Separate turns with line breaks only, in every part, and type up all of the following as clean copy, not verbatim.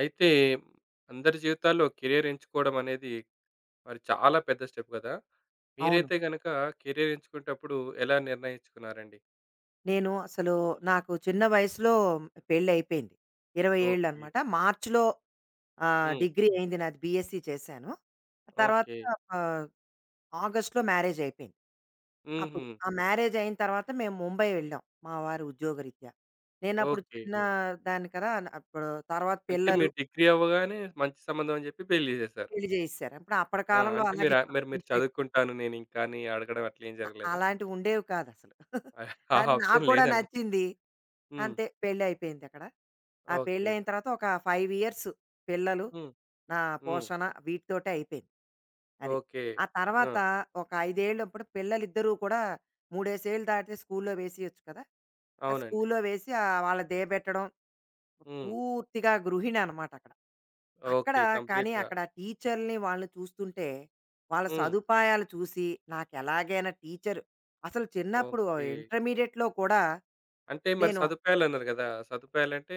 అయితే అందరి జీవితాల్లో కెరియర్ ఎంచుకోవడం అనేది మరి చాలా పెద్ద స్టెప్ కదా!
అవును.
మీరైతే గనక కెరియర్ ఎంచుకునేటప్పుడు ఎలా నిర్ణయించుకున్నారండి?
నేను అసలు నాకు చిన్న వయసులో పెళ్ళయిపోయింది. 20
ఓకే.
ఏళ్ళనమాట. మార్చ్‌లో
హ్మ్.
డిగ్రీ అయింది నాది బీఎస్సీ చేశాను. ఆ తర్వాత
ఓకే.
ఆహ్, ఆగస్ట్‌లో మ్యారేజయిపోయింది. అప్పుడు
హుహు.
ఆ మ్యారేజయిన తర్వాత మేము ముంబై వెళ్ళాం. మా వారు ఉద్యోగరీత్యా. నేనప్పుడు
ఓకే.
చిన్న దాన్ని కదా! అప్పుడు తర్వాత
అంటే
పిల్లలు
మీరు డిగ్రీ అవ్వగానే మంచి సంబంధం అని చెప్పి పెళ్లి చేసేసారు.
పెళ్లి చేసేసారు. అప్పుడు అప్పటి
ఆ!
కాలంలో
అంటే మీరు
అలాగే
మరి మీరు
కొంచెం ఎక్కువ
చదువుకుంటాను నేనింకా అని అడగడం అట్లేం జరగలేదా?
అలాంటివుండేవి కాదసలు.
ఆ ఆ
అది నాకు
ఆప్షన్
కూడా
లేదను
నచ్చింది.
హ్మ్.
అంతే పెళ్లయిపోయిందక్కడ. ఆ
ఓకే.
పెళ్లయిన తర్వాత ఒక 5 ఇయర్స్ పిల్లలు,
హ్మ్.
నా
హ్మ్.
పోషణ వీటితోటే అయిపోయింది. అది.
ఓకే.
ఆ
ఆ!
తర్వాత ఒక 5 ఏళ్ళప్పుడు పిల్లలిద్దరూ కూడా మూడేసేళ్ళు దాటితే స్కూల్లో వేసేయొచ్చు కదా! ఆ
అవునండి.
స్కూల్లో వేసి వాళ్ళని దేయబెట్టడం
హ్మ్.
పూర్తిగా గృహిణి అనమాట అక్కడ. అక్కడ
ఓకే.
కానీ
కంప్లీట్‌గా.
అక్కడ టీచర్‌లని వాళ్ళని చూస్తుంటే, వాళ్ళ
హ్మ్.
సదుపాయాలు చూసి నాకెలాగైనా టీచర్ అసలు చిన్నప్పుడు
ఓకే.
ఇంటర్మీడియేట్‌లో కూడా
అంటే మరి
నేను
సదుపాయాలన్నారు గదా! సదుపాయాలంటే,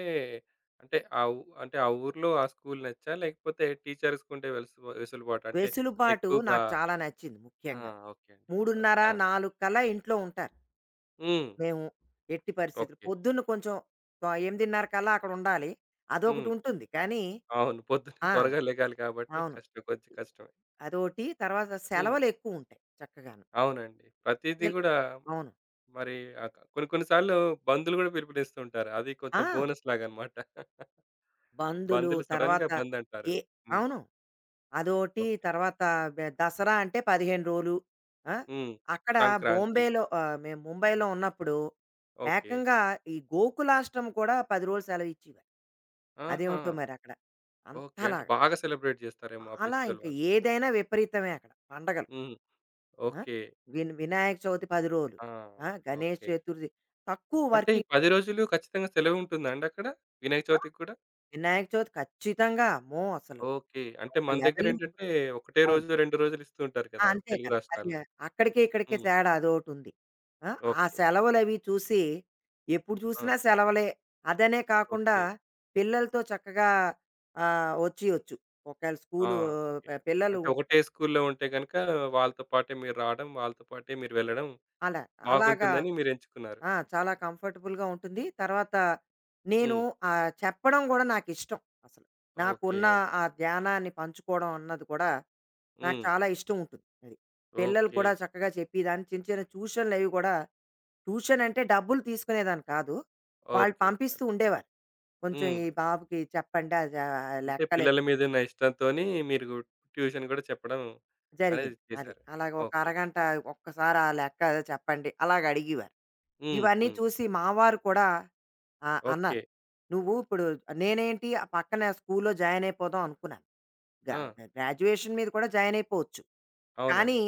అంటే అంటే ఆ ఊ అంటే ఆ ఊర్లో ఆ స్కూల్ నచ్చా? లేకపోతే టీచర్స్‌కుండే వెలుసు వెసులుబాటా? అంటే
వెసులుబాటు
ఎక్కువగా
నాకు చాలా నచ్చింది
ఆ!
ముఖ్యంగా.
ఓకే అండి. ఓకే.
3:30,
ఆ!
4 కల్లా ఇంట్లో ఉంటారు
హ్మ్.
మేము ఎట్టి పరిస్థితులు.
ఓకే.
పొద్దున్న కొంచెం 8:30 కల్లా అక్కడ ఉండాలి.
హ్మ్.
అదొకటి ఉంటుంది. కానీ
అవును. పొద్దున్నే
ఆ,
త్వరగా లెగాలి కాబట్టి
అవును.
కష్టం. కొంచెం కష్టమే.
అదోటి తర్వాత
హ్మ్.
సెలవులు ఎక్కువ ఉంటాయి చక్కగాను.
అవునండి. ప్రతీది
పిల్
గూడా
అవును.
మరి కొన్ని కొన్ని సార్లు బంధులు గూడా పిలుపునిస్తూ ఉంటారు. అది
ఆ,
కొంచెం బోనస్ లాగనమాట.
బందులు,
బంధులు సడెన్‌గా
తర్వాత
బంద్ అంటారు.
ఏ
హ్మ్.
అవును. అదోటి
ఓకే.
తర్వాత దసరా అంటే 15 రోలు. ఆ,
హ్మ్.
అక్కడ
సంక్రాంతి.
బొంబేలో మేము ముంబైలో
హ్మ్.
ఉన్నప్పుడు
ఓకే.
ఏకంగా ఈ గోకులాష్టమి కూడా 10 రోజులు సెలవిచ్చేవారు.
ఆహా!
అదేమిటో మరక్కడ.
ఓకే. అంటే
అంతలాగా
బాగా సెలబ్రేట్ చేస్తారేమో ఆ
చాలా
ఫెస్టివల్
ఇంక
వాళ్ళు.
ఏదైనా విపరీతమే అక్కడ పండగలు.
హ్మ్.
ఆ!
ఓకే.
విన్ వినాయక చవితి 10 రోజులు.
ఆ!
ఆ, గణేష్
ఓకే.
చతుర్థి తక్కువ
అంటే ఈ
వర్కింగ్.
10 రోజులు ఖచ్చితంగా సెలవుంటుందా అండి అక్కడ? వినాయక
ఆ,
చవితికి కూడా?
వినాయక చవితి ఖచ్చితంగా అమ్మో! అసలు
ఓకే. అంటే
ఒక
మన
లెవెల్‌లో ఉంటుంది.
దగ్గరేంటంటే ఒకటే
అవును.
రోజు, 2 రోజులు ఇస్తూ ఉంటారు
ఆ!
కదా!
అంతే
తెలుగు
కదా! అది
రాష్ట్రాల్లో.
అక్కడికి ఇక్కడికి
హ్మ్.
తేడా అదోటుంది. ఆ, ఆ
ఓకే.
సెలవులవి చూసి ఎప్పుడు
ఆ!
చూసినా సెలవులే. అదనే కాకుండా
ఓకే.
పిల్లలతో చక్కగా ఒచ్చేయొచ్చు. ఒకవేళ
ఆ!
School
okay.
పిల్లలు
అంటే ఒకటే స్కూల్లో ఉంటే గనుక వాళ్ళతో పాటే మీరు రావడం, వాళ్ళతో పాటే మీరు వెళ్ళడం
అలా అలాగా
బాగుంటుందని మీరెంచుకున్నారు.
ఆ, చాలా కంఫర్టబుల్‌గా ఉంటుంది. తర్వాత నేను
హ్మ్.
చెప్పడం గూడా నాకిష్టం అసలు.
ఓకే.
నాకున్న ఆ ధ్యానాన్ని పంచుకోవడం అన్నది కూడా నాకు
హ్మ్.
చాలా ఇష్టం ఉంటుంది. అది. పిల్లలు
ఓకే.
కూడా చక్కగా చెప్పేదాన్ని చిన్న చిన్న ట్యూషన్‌లవి గూడా. ట్యూషన్ అంటే డబ్బులు తీసుకునేదాన్ని కాదు. వాళ్ళు
ఓకే.
పంపిస్తూ ఉండేవారు. కొంచెం
హ్మ్.
ఈ బాబుకి చెప్పండి అది
అంటే
లెక్కలు
పిల్లల మీదున్న ఇష్టంతోని మీరు ట్యూషన్ గూడా చెప్పడం అనేది
జరిగింది. అది.
చేశారు.
అలాగ ఒక
ఓకే.
అరగంట ఒక్కసారి ఆ లెక్క చెప్పండి అలాగ అడిగేవారు.
హ్మ్.
ఇవన్నీ
హ్మ్.
చూసి మా వారు కూడా ఆ,
ఓకే.
అన్నారు. నువ్వు ఇప్పుడు నేనేంటి ఆ పక్కన స్కూల్‌లో జాయిన్ అయిపోదాం అనుకున్నాను. గ
ఆ!
గ గ్రాడ్యుయేషన్ మీద కూడా జాయిన్ అయిపోవచ్చు. కానీ
అవునండి.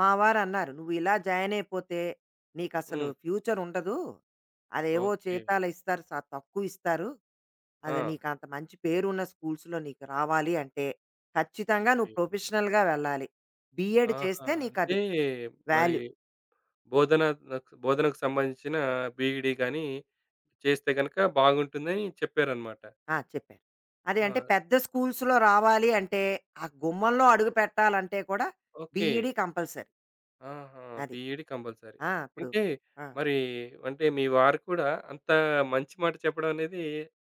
మా వారన్నారు, "నువ్వు ఇలా జాయిన్ అయిపోతే నీకసలు
హ్మ్.
ఫ్యూచర్ ఉండదు. అదేవో
ఓకే.
జీతాలు ఇస్తారు తక్కువ ఇస్తారు.
ఆ!
అది నీకంత మంచి పేరున్న స్కూల్స్‌లో నీకు రావాలి అంటే ఖచ్చితంగా నువ్వు
ఓకే.
ప్రొఫెషనల్‌గా వెళ్ళాలి. బీఎడ్
ఆహా!
చేస్తే
అంటే
నీకది
మరి
వాల్యూ."
బోధన నక్ బోధనకు సంబంధించిన బీఈడీ గాని చేస్తే గనక బాగుంటుందని చెప్పారన్నమాట.
ఆ, చెప్పారు. అదే అంటే
ఆ!
పెద్ద స్కూల్స్‌లో రావాలి అంటే, ఆ గుమ్మంలో అడుగు పెట్టాలంటే కూడా
ఓకే.
B Ed compulsory.
ఆహా!
అది.
BEd compulsory.
ఆ, ఇప్పుడు
అంటే
ఆ,
మరి అంటే మీ వారు కూడా అంత మంచి మాట చెప్పడం అనేది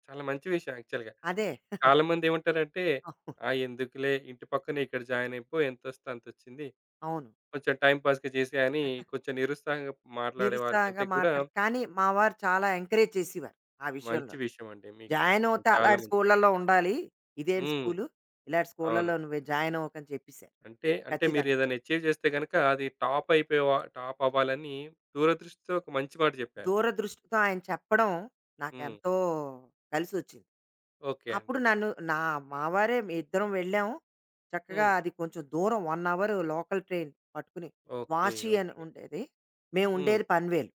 చాలా మంచి విషయం యాక్చువల్‌గా.
అదే.
చాలా మంది ఏమంటారంటే,
అవును.
"ఆ! ఎందుకులే ఇంటి పక్కనే ఇక్కడ జాయిన్ అయిపో ఎంతొస్తే అంతొచ్చింది.
అవును.
కొంచెం టైమ్ పాస్‌గా చేసేయి" అని కొంచెం నిరుత్సాహంగా మాట్లాడే వారికంటే
నిరుత్సాహంగా
కూడా
మాట్లాడు కానీ మా వారు చాలా ఎంకరేజ్ చేసేవారు ఆ
మంచి
విషయంలో.
విషయం అండి. మీకు
జాయిన్ అవుతే
చాలా
అలాంటి
మంచి విషయం.
స్కూళ్ళలో ఉండాలి. ఇదేం
హ్మ్.
స్కూలు? ఇలాంటి
అవును.
స్కూళ్ళలో నువ్వు జాయిన్ అవ్వకని చెప్పేసారు.
అంటే, మీరు
ఖచ్చితంగా.
ఏదైనా అచీవ్ చేస్తే గనుక అది టాప్ అయిపోయేవా టాప్ అవ్వాలని దూరదృష్టితో ఒక మంచి మాట చెప్పారు.
దూరదృష్టితో ఆయన చెప్పడం
హ్మ్.
నాకెంతో కలిసొచ్చింది.
ఓకే
అప్పుడు
అండి.
నన్ను నా మావారే మీ ఇద్దరం వెళ్ళాము. చక్కగా
హ్మ్.
అది కొంచెం దూరం 1 అవర్ లోకల్ ట్రైన్ పట్టుకుని
ఓకే.
వాషి అని
ఓకే.
ఉండేది. మేము
హ్మ్.
ఉండేది పన్వేల్.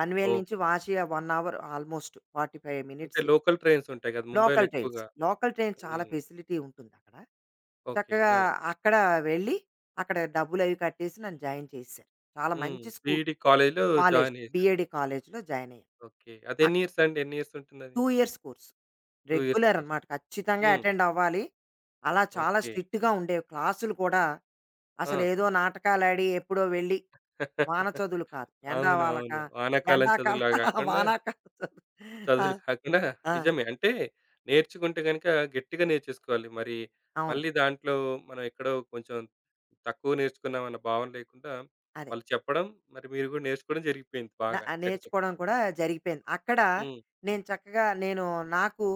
పన్వేల్
ఓహ్!
నుంచి వాషి 1 అవర్ ఆల్మోస్ట్ 45
అంటే
మినిట్స్
లోకల్ ట్రైన్స్ ఉంటాయి కదా! ముంబైలో
లోకల్ ట్రైన్స్.
ఎక్కువగా.
లోకల్ ట్రైన్ చాలా
హ్మ్.
ఫెసిలిటీ ఉంటుందక్కడ.
ఓకే.
చక్కగా
ఆ!
అక్కడ వెళ్ళి అక్కడ డబ్బులవి కట్టేసి నన్ను జాయిన్ చేసేసారు. చాలా
హ్మ్.
మంచి
బీఈడీ కాలేజ్‌లో
కాలేజ్.
జాయిన్ చేశారు.
బీఎడీ కాలేజ్‌లో జాయిన్ అయ్యాను.
ఓకే. అది
అక్
ఎన్ని ఇయర్స్ అండి? ఎన్ని ఇయర్స్ ఉంటుందది?
2 years course.
2 years
regular
course.
అనమాట. ఖచ్చితంగా
హ్మ్.
అటెండ్ అవ్వాలి. అలా చాలా
ఓకే.
స్ట్రిక్ట్‌గా ఉండేవి. క్లాసులు కూడా
ఆ!
అసలు ఏదో నాటకాలాడి ఎప్పుడో వెళ్ళి వాన చదువులు కాదు.
అవునవును. వానాకాలం
ఎండాకాలం
చదువులా కాకుండా
వానాకాలం చదువు. ఆ,
చదువులు కాకుండా
ఆ,
నిజమే. అంటే నేర్చుకుంటే గనుక గట్టిగా నేర్చేసుకోవాలి. మరి
అవును.
మళ్ళీ దాంట్లో మనం ఎక్కడో కొంచెం తక్కువ నేర్చుకున్నామన్న భావన లేకుండా
అదే.
వాళ్ళు చెప్పడం, మరి మీరు కూడా నేర్చుకోవడం జరిగిపోయింది
న
బాగా చకచక.
నేర్చుకోవడం కూడా జరిగిపోయింది. అక్కడ
హ్మ్.
నేను చక్కగా నాకు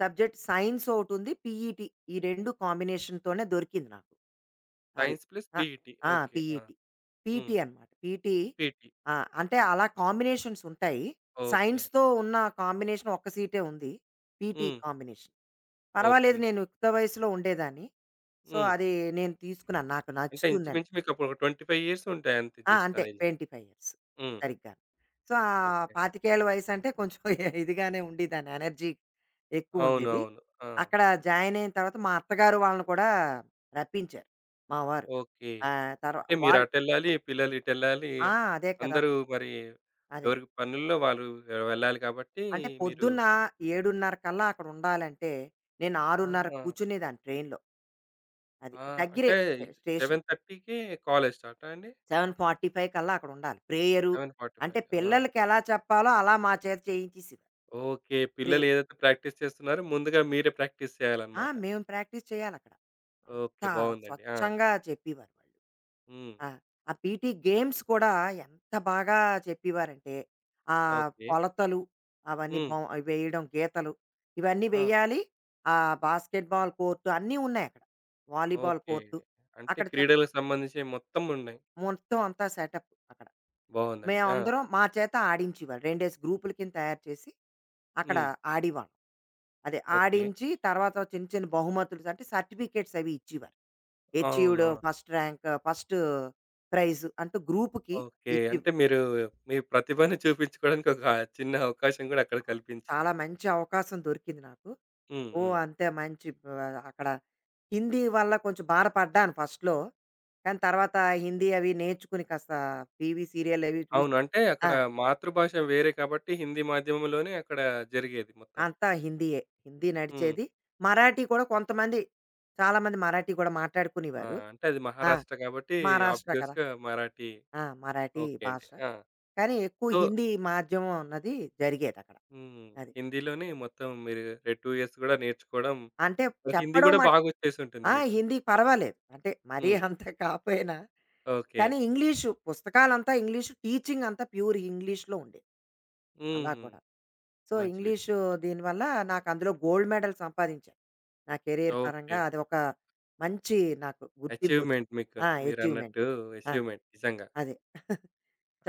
సబ్జెక్ట్ సైన్స్ ఒకటుంది. పీఈటీ ఈ 2 కాంబినేషన్‌తోనే దొరికింది నాకు. అది.
సైన్స్ ప్లస్
ఆ,
పీఈటీ.
ఆ,
ఓకే. ఆ!
పీఈటీ.
హ్మ్.
పీటీ అనమాట. పీటీ.
పీటీ.
ఆ, అంటే అలా కాంబినేషన్స్ ఉంటాయి.
ఓకే.
సైన్స్‌తో ఉన్న కాంబినేషన్ ఒక్క సీటే ఉంది. పీటీ
హ్మ్.
కాంబినేషన్.
ఓకే.
పర్వాలేదు నేను యుక్త వయసులో ఉండేదాన్ని. సో,
హ్మ్.
అది నేను తీసుకున్నాను. నాకు
అంటే
నచ్చుతుందని.
ఇంచుమించు మీకప్పుడు ఒక 25 ఇయర్స్ ఉంటాయి అంతే
ఆ,
జస్ట్
అంతే
నాకు తెలిసి.
25 ఇయర్స్
హ్మ్.
సరిగ్గా. సో,
ఓకే
ఆ
అండి.
25 వయసు అంటే కొంచెం ఇదిగానే ఉండేదాన్ని. ఎనర్జీ ఎక్కువుండేది.
అవునవును. ఆ!
అక్కడ జాయిన్ అయిన తర్వాత మా అత్తగారు వాళ్ళని కూడా రప్పించారు మా వారు.
ఓకే.
ఆహ్, తర్వా
అంటే మీరు
వాళ్ళు
అటెళ్ళాలి, పిల్లలు ఇటెళ్ళాలి.
ఆ! అదే కదా!
అందరూ మరి
అదే.
ఎవరికి పనుల్లో వాళ్ళు వెళ్ళాలి కాబట్టి
అంటే
మీరు
పొద్దున్న 7:30 కల్లా అక్కడ ఉండాలంటే నేను 6:30
ఆహా!
కూర్చునేదాన్ని ట్రైన్‌లో. అది
ఆ!
దగ్గరే
అంటే
స్టేషన్.
7:30కి కాలేజ్ స్టార్టా అండి?
7:45 కల్లా అక్కడ ఉండాలి. ప్రేయరు అంటే
7:45 ఆ!
పిల్లలకి ఎలా చెప్పాలో అలా మా చేత చేయించేసేవారు.
ఓకే.
ప్రే
పిల్లలు ఏదైతే ప్రాక్టీస్ చేస్తున్నారో ముందుగా మీరే ప్రాక్టీస్
ఆ,
చేయాలన్నమాట.
మేము ప్రాక్టీస్ చేయాలక్కడ. అంత
ఓకే. బావుందండి. ఆ!
స్వచ్ఛంగా చెప్పేవారు వాళ్ళు.
హ్మ్.
ఆ, ఆ పీటీ గేమ్స్ కూడా ఎంత బాగా చెప్పేవారంటే,
ఓకే.
కొలతలు అవన్నీ
హ్మ్.
వేయడం గీతలు ఇవన్నీ
ఆ!
వేయాలి. ఆ బాస్కెట్ బాల్ కోర్టు అన్నీ ఉన్నాయక్కడ. Volleyball
okay.
కోర్టు.
అంటే
అక్కడ
క్రీడలకు సంబంధించినవి మొత్తం ఉన్నాయి.
మొత్తం అంతా సెటప్ అక్కడ.
బావుందండి. ఆ!
మేమందరం మా చేత ఆడించేవారు. రెండేసి గ్రూపుల కింద తయారు చేసి అక్కడ
హ్మ్.
ఆడేవాళ్ళం. అదే
ఓకే.
ఆడించి తర్వాత చిన్న చిన్న బహుమతులు అంటే సర్టిఫికేట్స్ అవి ఇచ్చేవారు.
అవును.
అచీవ్డ్
ఆ!
ఫస్ట్ ర్యాంక్, ఫస్ట్ ప్రైజ్ అంటూ గ్రూప్‌కి
ఓకే.
ఇచ్చి
అంటే మీరు మీ ప్రతిభని చూపించుకోవడానికి ఒక చిన్న అవకాశం గూడా అక్కడ
ఆ,
కల్పించింది.
చాలా మంచి అవకాశం దొరికింది నాకు.
హ్మ్.
ఓహ్!
హ్మ్.
అంతే మంచి అక్కడ హిందీ వల్ల కొంచెం బాధపడ్డాను ఫస్ట్‌లో. కానీ తర్వాత హిందీ అవి నేర్చుకుని కాస్త టీవీ సీరియల్ అవి
అవును.
చూసి
అంటే
ఆ,
అక్కడ మాతృభాష వేరే కాబట్టి హిందీ మాధ్యమంలోనే అక్కడ జరిగేది మొత్తం.
అంతా హిందీయే. హిందీ
హ్మ్.
నడిచేది. మరాఠీ కూడా కొంతమంది చాలామంది మరాఠీ కూడా
ఆ!
మాట్లాడుకునేవారు.
అంటే అది
ఆ,
మహారాష్ట్ర కాబట్టి
మహారాష్ట్ర కదా!
ఆబ్వియస్‌గా మరాఠీ
ఆ, మరాఠీ
ఓకే అండి.
భాష.
ఆ!
కానీ ఎక్కువ
సో
హిందీ మాధ్యమం అన్నది జరిగేదక్కడ.
హ్మ్.
అది.
హిందీలోనే మొత్తం మీరు 2 ఇయర్స్ గూడా నేర్చుకోవడం,
అంటే
హిందీ
చెప్పడం
గూడా బాగొచ్చేసుంటుంది
ఆ,
మీకు.
హిందీ పర్వాలేదు. అంటే మరీ
హ్మ్.
అంత కాపోయినా,
ఓకే.
కానీ ఇంగ్లీషు పుస్తకాలంతా ఇంగ్లీషు, టీచింగ్ అంతా ప్యూర్ ఇంగ్లీష్‌లో ఉండేది. అలా
హ్మ్.
కూడా. సో,
మంచి విషయం.
ఇంగ్లీషు దీనివల్ల నాకు అందులో గోల్డ్ మెడల్ సంపాదించాను. నా కెరియర్
ఓకే.
పరంగా అది ఒక మంచి నాకు గుర్తింపొచ్చింది.
అచీవ్‌మెంట్ మీకు.
ఆ, అచీవ్‌మెంట్.
మీరన్నట్టు
ఆ!
అచీవ్‌మెంట్ నిజంగా.
అదే.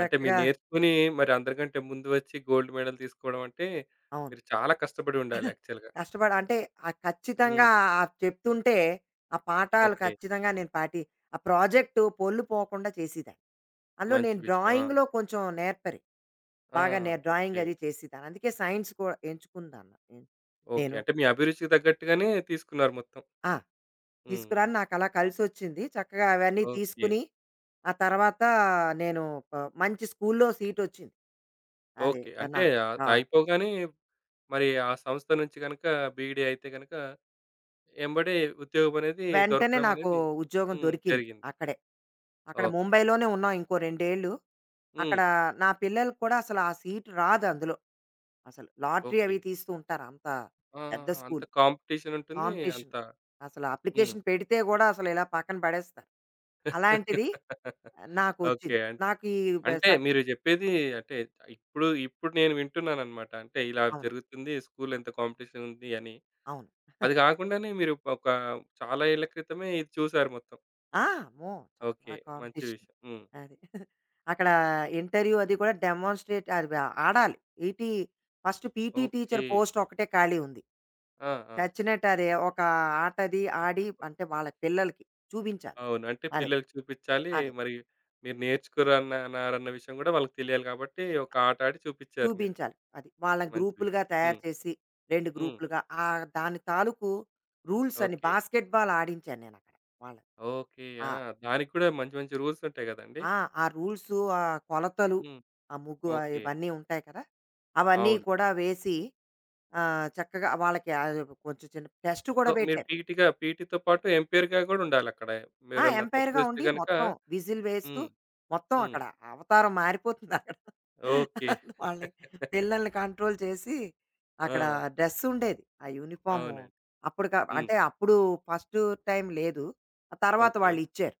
అంటే మీరు నేర్చుకొని మరి అందరికంటే ముందు వచ్చి గోల్డ్ మెడల్ తీసుకోవడం అంటే
అవును.
మీరు చాలా కష్టపడి ఉండాలి యాక్చువల్‌గా.
కష్టపడ అంటే
హ్మ్.
ఖచ్చితంగా చెప్తుంటే ఆ పాఠాలు
ఓకే.
ఖచ్చితంగా నేను ఆ ప్రాజెక్టు పొల్లు పోకుండా చేసేదాన్ని. అందులో
మంచి
నేను
విషయం. ఆ!
డ్రాయింగ్‌లో కొంచెం నేర్పరి.
ఆ!
బాగా నే డ్రాయింగ్
ఓకే.
అది చేసేదాన్ని. అందుకే సైన్స్ కూడా ఎంచుకున్నాను నేను.
ఓకే.
నేను
అంటే మీ అభిరుచికి తగ్గట్టుగానే తీసుకున్నారు మొత్తం.
ఆ!
హ్మ్. హ్మ్.
తీసుకురాను నాకలా కలిసొచ్చింది. చక్కగా అవన్నీ
ఓకే.
తీసుకుని, ఆ తర్వాత నేను ప మంచి స్కూల్‌లో సీటొచ్చింది. అది
ఓకే. అంటే
నాకు.
అది
ఆ,
అయిపోగానే మరి ఆ సంస్థ నుంచి గనుక బీఈడీ అయితే గనుక ఎంబడే ఉద్యోగం అనేది
వెంటనే
దొరకడం
నాకు
అనేది
ఉద్యోగం
హ్మ్.
దొరికింది
జరిగింది.
అక్కడే. అక్కడ
ఓకే.
ముంబైలోనే ఉన్నాం ఇంకో రెండేళ్ళు.
హ్మ్.
అక్కడ నా పిల్లలకి కూడా అసలు ఆ సీట్ రాదు అందులో. అసలు లాటరీ
ఓకే.
అవి తీస్తూ ఉంటారు. అంత
ఆ!
పెద్ద
అంత
స్కూల్.
కాంపిటీషన్ ఉంటుంది.
కాంపిటీషన్.
అంత
అసలు
హ్మ్.
అప్లికేషన్ పెడితే గూడా అసలు ఇలా పక్కన పడేస్తారు. అలాంటిది
ఓకే.
నాకొచ్చింది.
అన్
నాకు ఈ
అంటే
సర్
మీరు జెప్పేది అంటే ఇప్పుడు నేను వింటున్నాననమాట. అంటే ఇలా
అవును.
జరుగుతుంది. స్కూల్‌లో ఎంత కాంపిటీషన్ ఉంది అని.
అవును.
అది గాకుండానే మీరు ఒక చాలా ఏళ్ల క్రితమే ఇది చూసారు మొత్తం.
ఆ! అమ్మో!
ఓకే.
చాలా
మంచి
కాంపిటీషన్.
విషయం. హ్మ్.
అది. అక్కడ ఇంటర్వ్యూ అది కూడా డెమాన్‌స్ట్రేట్ అది ఆడాలి. First PT teacher
okay.
Post ఒకటే ఖాళీ ఉంది.
ఆ! ఆ!
చచ్చినట్టు అదే ఒక ఆటది ఆడి అంటే వాళ్ళ పిల్లలకి చూపించాలి.
అవును. అంటే
అదే.
పిల్లలకి చూపిచ్చాలి.
అది.
మరి మీరు నేర్చుకోరన్న అన్నారన్న విషయం గూడా వాళ్ళకి తెలియాలి గాబట్టి ఒక ఆట ఆడి చూపిచ్చారు మీరు.
చూపించాలి. అది. వాళ్ళని
మంచి విషయం.
గ్రూపులుగా తయారు
హ్మ్.
చేసి 2
హ్మ్.
గ్రూపులుగా దాని తాలూకు రూల్స్ అని
ఓకే.
బాస్కెట్ బాల్ ఆడించాను నేనక్కడ వాళ్ళని.
ఓకే.
ఆ,
ఆ! దానికి కూడా మంచి మంచి రూల్స్ ఉంటాయి గదండీ!
ఆ! రూల్స్ ఆ రూల్సు, ఆ కొలతలు,
హ్మ్.
ఆ ముగ్గు
ఓకే.
ఇవన్నీ ఉంటాయి కదా! అవన్నీ
అవును.
కూడా వేసి చక్కగా వాళ్ళకి కొంచెం చిన్న టెస్ట్
సో,
కూడా
మీరు
పెట్టాను.
పీటీగా పీటీతో పాటు ఎంపైర్‌గా గూడా ఉండాలక్కడ.
ఆ,
మీరేమన్నా తప్పు
ఎంపైర్‌గా
చేస్తే
ఉండి
గనక
మొత్తం విజిల్ వేస్తూ
హ్మ్.
మొత్తం
హ్మ్.
అక్కడ అవతారం మారిపోతుంది అక్కడ.
ఓకే.
వాళ్ళని పిల్లల్ని కంట్రోల్ చేసి
ఆ!
అక్కడ డ్రెస్ ఉండేది. ఆ యూనిఫార్ము
అవునండి.
అప్పుడు
హ్మ్.
అంటే అప్పుడు ఫస్ట్ టైమ్ లేదు. ఆ తర్వాత
ఓకే.
వాళ్ళిచ్చారు.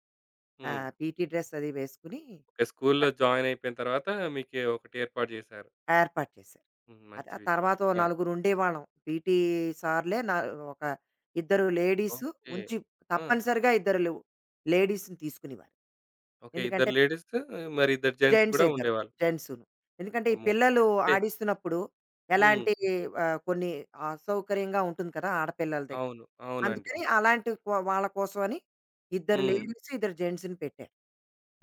హ్మ్.
పీటీ డ్రెస్ అది వేసుకుని
ఓకే. స్కూల్‌లో
అక్
జాయిన్ అయిపోయిన తర్వాత మీకు ఒకటి ఏర్పాటు జేశారు.
ఏర్పాటు చేశారు.
హ్మ్.
అది
మంచి
ఆ
విషయం
తర్వాత
అంటే.
ఓ
ఆ!
నలుగురు ఉండేవాళ్ళం. పీటీ సార్‌లే నా ఒక ఇద్దరు లేడీసు
ఓకే.
ఉంచి
ఆ!
తప్పనిసరిగా ఇద్దరు లేడీస్‌ని తీసుకునేవారు.
ఓకే.
ఎందుకంటే
ఇద్దరు లేడీస్ మరి ఇద్దరు జెంట్స్
జెంట్స్
గూడా
ఇద్దరు.
ఉండేవాళ్ళు.
జెంట్సును. ఎందుకంటే ఈ
అమ్మో!
పిల్లలు
అంటే
ఆడిస్తున్నప్పుడు
హ్మ్.
ఎలాంటి కొన్ని అసౌకర్యంగా ఉంటుంది కదా! ఆడపిల్లల దగ్గర.
అవును. అవునండి.
అందుకని అలాంటి వాళ్ళ కోసం అని ఇద్దరు
హ్మ్.
లేడీస్, ఇద్దరు జెంట్స్‌ని పెట్టారు.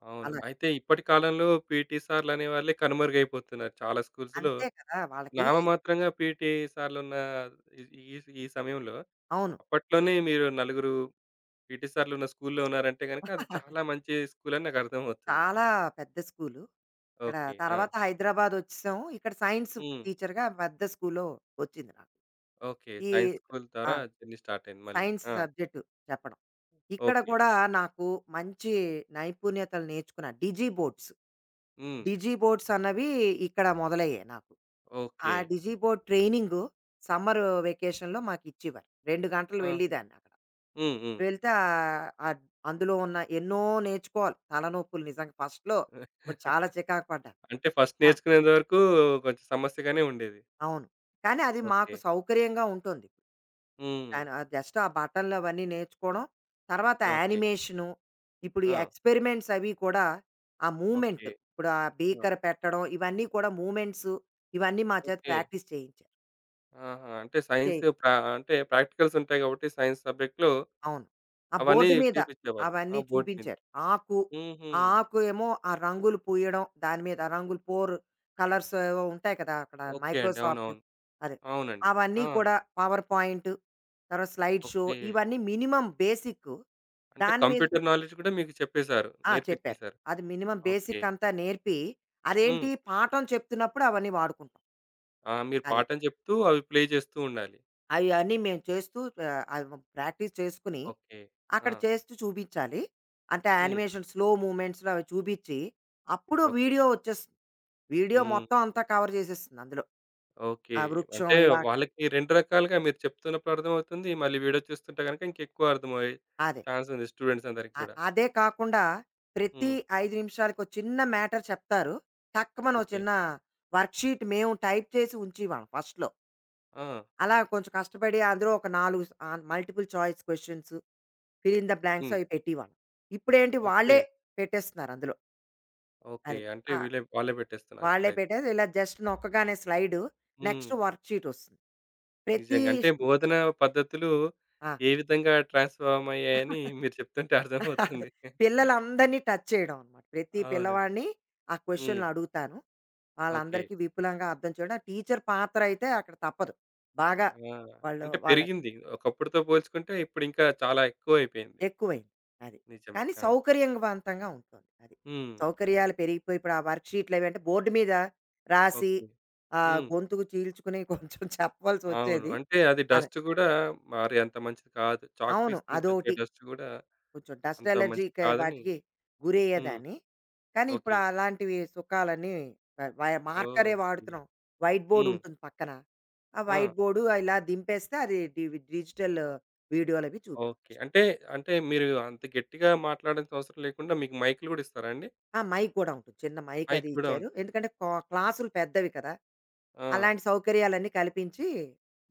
అవును.
అలా.
అయితే ఇప్పటి కాలంలో పీటీ సార్‌లనేవాళ్ళే కనుమరుగైపోతున్నారు. చాలా స్కూల్స్‌లో
అంతే కదా! వాళ్ళకి
నామమాత్రంగా పీటీ సార్‌లున్న ఈ ఈ ఈ సమయంలో
అవును.
అప్పట్లోనే మీరు నలుగురు పీటీ సార్‌లున్న స్కూల్‌లో ఉన్నారంటే గనక అది చాలా మంచి స్కూల్ అని నాకు అర్థమవుతుంది.
చాలా పెద్ద స్కూలు. ఇక్కడ
ఓకే. ఆ!
తర్వాత హైదరాబాద్ వచ్చేసాము. ఇక్కడ సైన్స్
హ్మ్.
టీచర్‌గా పెద్ద స్కూల్‌లో వచ్చింది నాకు.
ఓకే.
ఈ
సైన్స్ స్కూల్
ఆ!
ద్వారా జర్నీ స్టార్ట్ అయింది మళ్ళీ.
సైన్స్
ఆ!
సబ్జెక్ట్ చెప్పడం. ఇక్కడ
ఓకే.
కూడా నాకు మంచి నైపుణ్యతలు నేర్చుకున్నా. Digi boards.
హ్మ్.
డిజీ బోర్డ్స్ అన్నవి ఇక్కడ మొదలయ్యాయి నాకు. ఆ
okay.
Digi board training summer వెకేషన్‌లో మాకిచ్చేవారు. 2 గంటలు
ఆహా!
వెళ్ళేదాన్ని అక్కడ.
హ్మ్. హ్మ్.
వెళ్తే ఆహ్, అద్ అందులో ఉన్న ఎన్నో నేర్చుకోవాలి. తలనొప్పులు నిజంగా ఫస్ట్‌లో కొంచెం చాలా చికాకు పడ్డాను.
అంటే ఫస్ట్
ఆ,
నేర్చుకునేంత వరకు కొంచెం సమస్యగానే ఉండేది.
అవును. కానీ అది
ఓకే.
మాకు సౌకర్యంగా ఉంటుంది.
హ్మ్.
దాని ఆ జస్ట్ ఆ బటన్లు అవన్నీ నేర్చుకోవడం. తర్వాత
ఓకే.
యానిమేషను, ఇప్పుడు ఈ
ఆ!
ఎక్స్పెరిమెంట్స్ అవి కూడా ఆ మూవ్‌మెంట్
ఓకే.
ఇప్పుడు ఆ
ఆ!
బీకర్ పెట్టడం ఇవన్నీ కూడా మూవ్‌మెంట్స్ ఇవన్నీ మా చేత
ఓకే.
ప్రాక్టీస్ చేయించారు.
ఆహా! అంటే
చే
సైన్స్ ప్రా అంటే ప్రాక్టికల్స్ ఉంటాయి కాబట్టి సైన్స్ సబ్జెక్ట్‌లో
అవును. ఆ
అవన్నీ
బోర్డు మీద
చేపిచ్చేవాళ్ళు. ఆ!
అవన్నీ
బోర్డ్ మీద.
చూపించారు. ఆకు,
హుహు.
ఆ ఆకు ఏమో ఆ రంగులు పూయడం, దాని మీద రంగులు కలర్స్ ఏవో ఉంటాయి కదా! అక్కడ
ఓకే అండి.
మైక్రోసాఫ్ట్.
అవునవును.
అదే.
అవునండి.
అవన్నీ
ఆ!
కూడా పవర్ పాయింట్, తర్వాత స్లైడ్ షో
ఓకే.
ఇవన్నీ మినిమమ్ బేసిక్
అంటే
దాని మీద
కంప్యూటర్ నాలెడ్జ్ కూడా మీకు చెప్పేసారు.
ఆ, చెప్పారు.
నేర్పిచ్చేసారు.
అది మినిమమ్
ఓకే.
బేసిక్ అంతా నేర్పి,
హ్మ్.
అదేంటి పాఠం చెప్తున్నప్పుడు అవన్నీ వాడుకుంటాం.
ఆ! మీరు
అది.
పాఠం చెప్తూ అవి ప్లే చేస్తూ ఉండాలి.
అవి అన్నీ మేము చేస్తూ అవి ప్రాక్టీస్ చేసుకుని,
ఓకే. ఆ!
అక్కడ చేస్తూ చూపించాలి. అంటే
హ్మ్.
యానిమేషన్ స్లో మూవ్‌మెంట్స్‌లో అవి చూపించి, అప్పుడు
ఓకే.
వీడియో వచ్చేస్తుంది. వీడియో
హ్మ్.
మొత్తం అంతా కవర్ చేసేస్తుంది అందులో.
ఓకే.
ఆ వృక్షం
అంటే
ఇలా
వాళ్ళకి 2 రకాలుగా మీరు చెప్తున్నప్పుడు అర్థమవుతుంది. మళ్ళీ వీడియో చూస్తుంటే గనుక ఇంకెక్కువ అర్థమయ్యే
అదే.
ఛాన్స్ ఉంది స్టూడెంట్స్ అందరికి
అ
కూడా.
అదే కాకుండా ప్రతి
హ్మ్.
5 నిమిషాలకో చిన్న మ్యాటర్ చెప్తారు. టక్కుమని ఓ
ఓకే.
చిన్న వర్క్‌షీట్ మేము టైప్ చేసి ఉంచేవాళ్ళం ఫస్ట్‌లో.
ఆ!
అలా కొంచెం కష్టపడి అందులో ఒక 4 multiple choice questions, fill in the blanks
హ్మ్.
అవి పెట్టేవాళ్ళం. ఇప్పుడేంటి
ఓకే.
వాళ్ళే పెట్టేస్తున్నారు అందులో.
ఓకే.
అది.
అంటే
ఆ,
వాళ్ళే పెట్టేస్తున్నారు
వాళ్ళే
ఇప్పుడైతే.
పెట్టారు. ఇలా జస్ట్ నొక్కగానే స్లైడు
హ్మ్.
నెక్స్ట్ వర్క్ షీట్ వస్తుంది. ప్రతి
నిజంగా. అంటే
స్టు
బోధన పద్ధతులు
ఆ!
ఏ విధంగా ట్రాన్స్‌ఫార్మ్ అయ్యాయని మీరు చెప్తుంటే
అదే.
అర్థమవుతుంది.
పిల్లలందరినీ టచ్ చేయడం అనమాట. ప్రతి
అవును.
పిల్లవాడిని ఆ
హ్మ్.
క్వెషన్‌లు అడుగుతాను.
ఓకే.
వాళ్ళందరికీ విపులంగా అర్థం చేయడం. టీచర్ పాత్ర అయితే అక్కడ తప్పదు. బాగా
ఆ!
వాళ్ళు
అంటే
వాళ్ళ
పెరిగింది. ఒకప్పుడుతో పోల్చుకుంటే ఇప్పుడు ఇంకా చాలా ఎక్కువైపోయింది.
ఎక్కువైంది. అది.
నిజమే.
కానీ
అవును.
సౌకర్యవంతంగా ఉంటుంది. అది.
హ్మ్.
సౌకర్యాలు పెరిగిపోయి ఇప్పుడు ఆ వర్క్ షీట్‌లు అవి అంటే బోర్డ్ మీద రాసి
ఓకే. హ్మ్.
గొంతుకు చీల్చుకుని కొంచెం చెప్పవలసి
అవును.
వచ్చేది.
అంటే అది
అది.
డస్ట్ గూడా మరి అంత మంచిది కాదు. చాక్
అవును.
పీస్ నుంచి వచ్చే
అదోకటి.
డస్ట్ గూడా
కొంచెం డస్ట్
అంత మంచిది
అలర్జీ‌కి
కాదని
వాటికి
హ్మ్.
గురయ్యేదాన్ని. కానీ ఇప్పుడు
ఓకే.
అలాంటివి సుఖాలన్నీ వ వ మార్కరే
ఓకే.
వాడుతున్నాం. వైట్ బోర్డ్
హ్మ్.
ఉంటుంది పక్కన. ఆ
ఆ!
వైట్ బోర్డు ఇలా దింపేస్తే అది డిజిటల్
ఆహ్,
వీడియోలవి చూపి
ఓకే. అంటే, మీరు అంత గట్టిగా మాట్లాడాల్సిన అవసరం లేకుండా మీకు మైకులు గూడా ఇస్తారా అండి?
ఆ, మైక్ గూడా ఉంటుంది. చిన్న మైక్
మైక్
అది
గూడా
ఇచ్చారు.
ఉంటుంది.
ఎందుకంటే క్లాసులు పెద్దవి కదా!
ఆ!
అలాంటి సౌకర్యాలన్నీ కల్పించి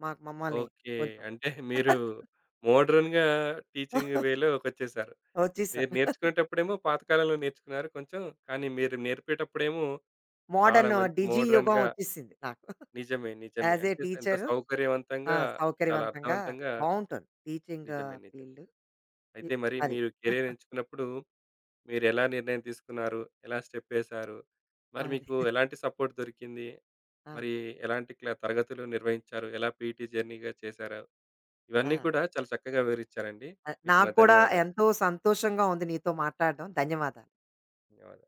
మాకు మమ్మల్ని
ఓకే.
కొంచెం
అంటే మీరు మోడ్రన్‌గా టీచింగ్ వేలో వచ్చేసారు.
వచ్చేసాం.
మీరు నేర్చుకునేటప్పుడేమో పాత కాలంలో నేర్చుకున్నారు కొంచెం. కానీ మీరు నేర్పేటప్పుడేమో చాలా
మోడర్న్
మంచి
డిజి యుగం
మోడ్రన్‌గా
వచ్చేసింది నాకు.
నిజమే. నిజమే.
యాస్ ఏ
అంటే ఎంత
టీచరు ఆ,
సౌకర్యవంతంగా, చాలా
సౌకర్యవంతంగా
అర్థవంతంగా
బావుంటుంది. టీచింగ్
నిజమే. నిజమే.
ఫీల్డ్. ఇ
అయితే మరి
అది.
మీరు కెరియర్ ఎంచుకున్నప్పుడు మీరెలా నిర్ణయం తీసుకున్నారు? ఎలా స్టెప్ ఏసారు? మరి
అది.
మీకు ఎలాంటి సపోర్ట్ దొరికింది?
ఆ,
మరి ఎలాంటి క్లా తరగతులు నిర్వహించారు? ఎలా పీటీ జర్నీగా చేశారు?
ఆ,
ఇవన్నీ కూడా చాలా చక్కగా వివరించారండి. మీకు నా
నాకు కూడా
ధన్యవాదాలు.
ఎంతో సంతోషంగా ఉంది నీతో మాట్లాడడం. ధన్యవాదాలు.
ధన్యవాదాలు.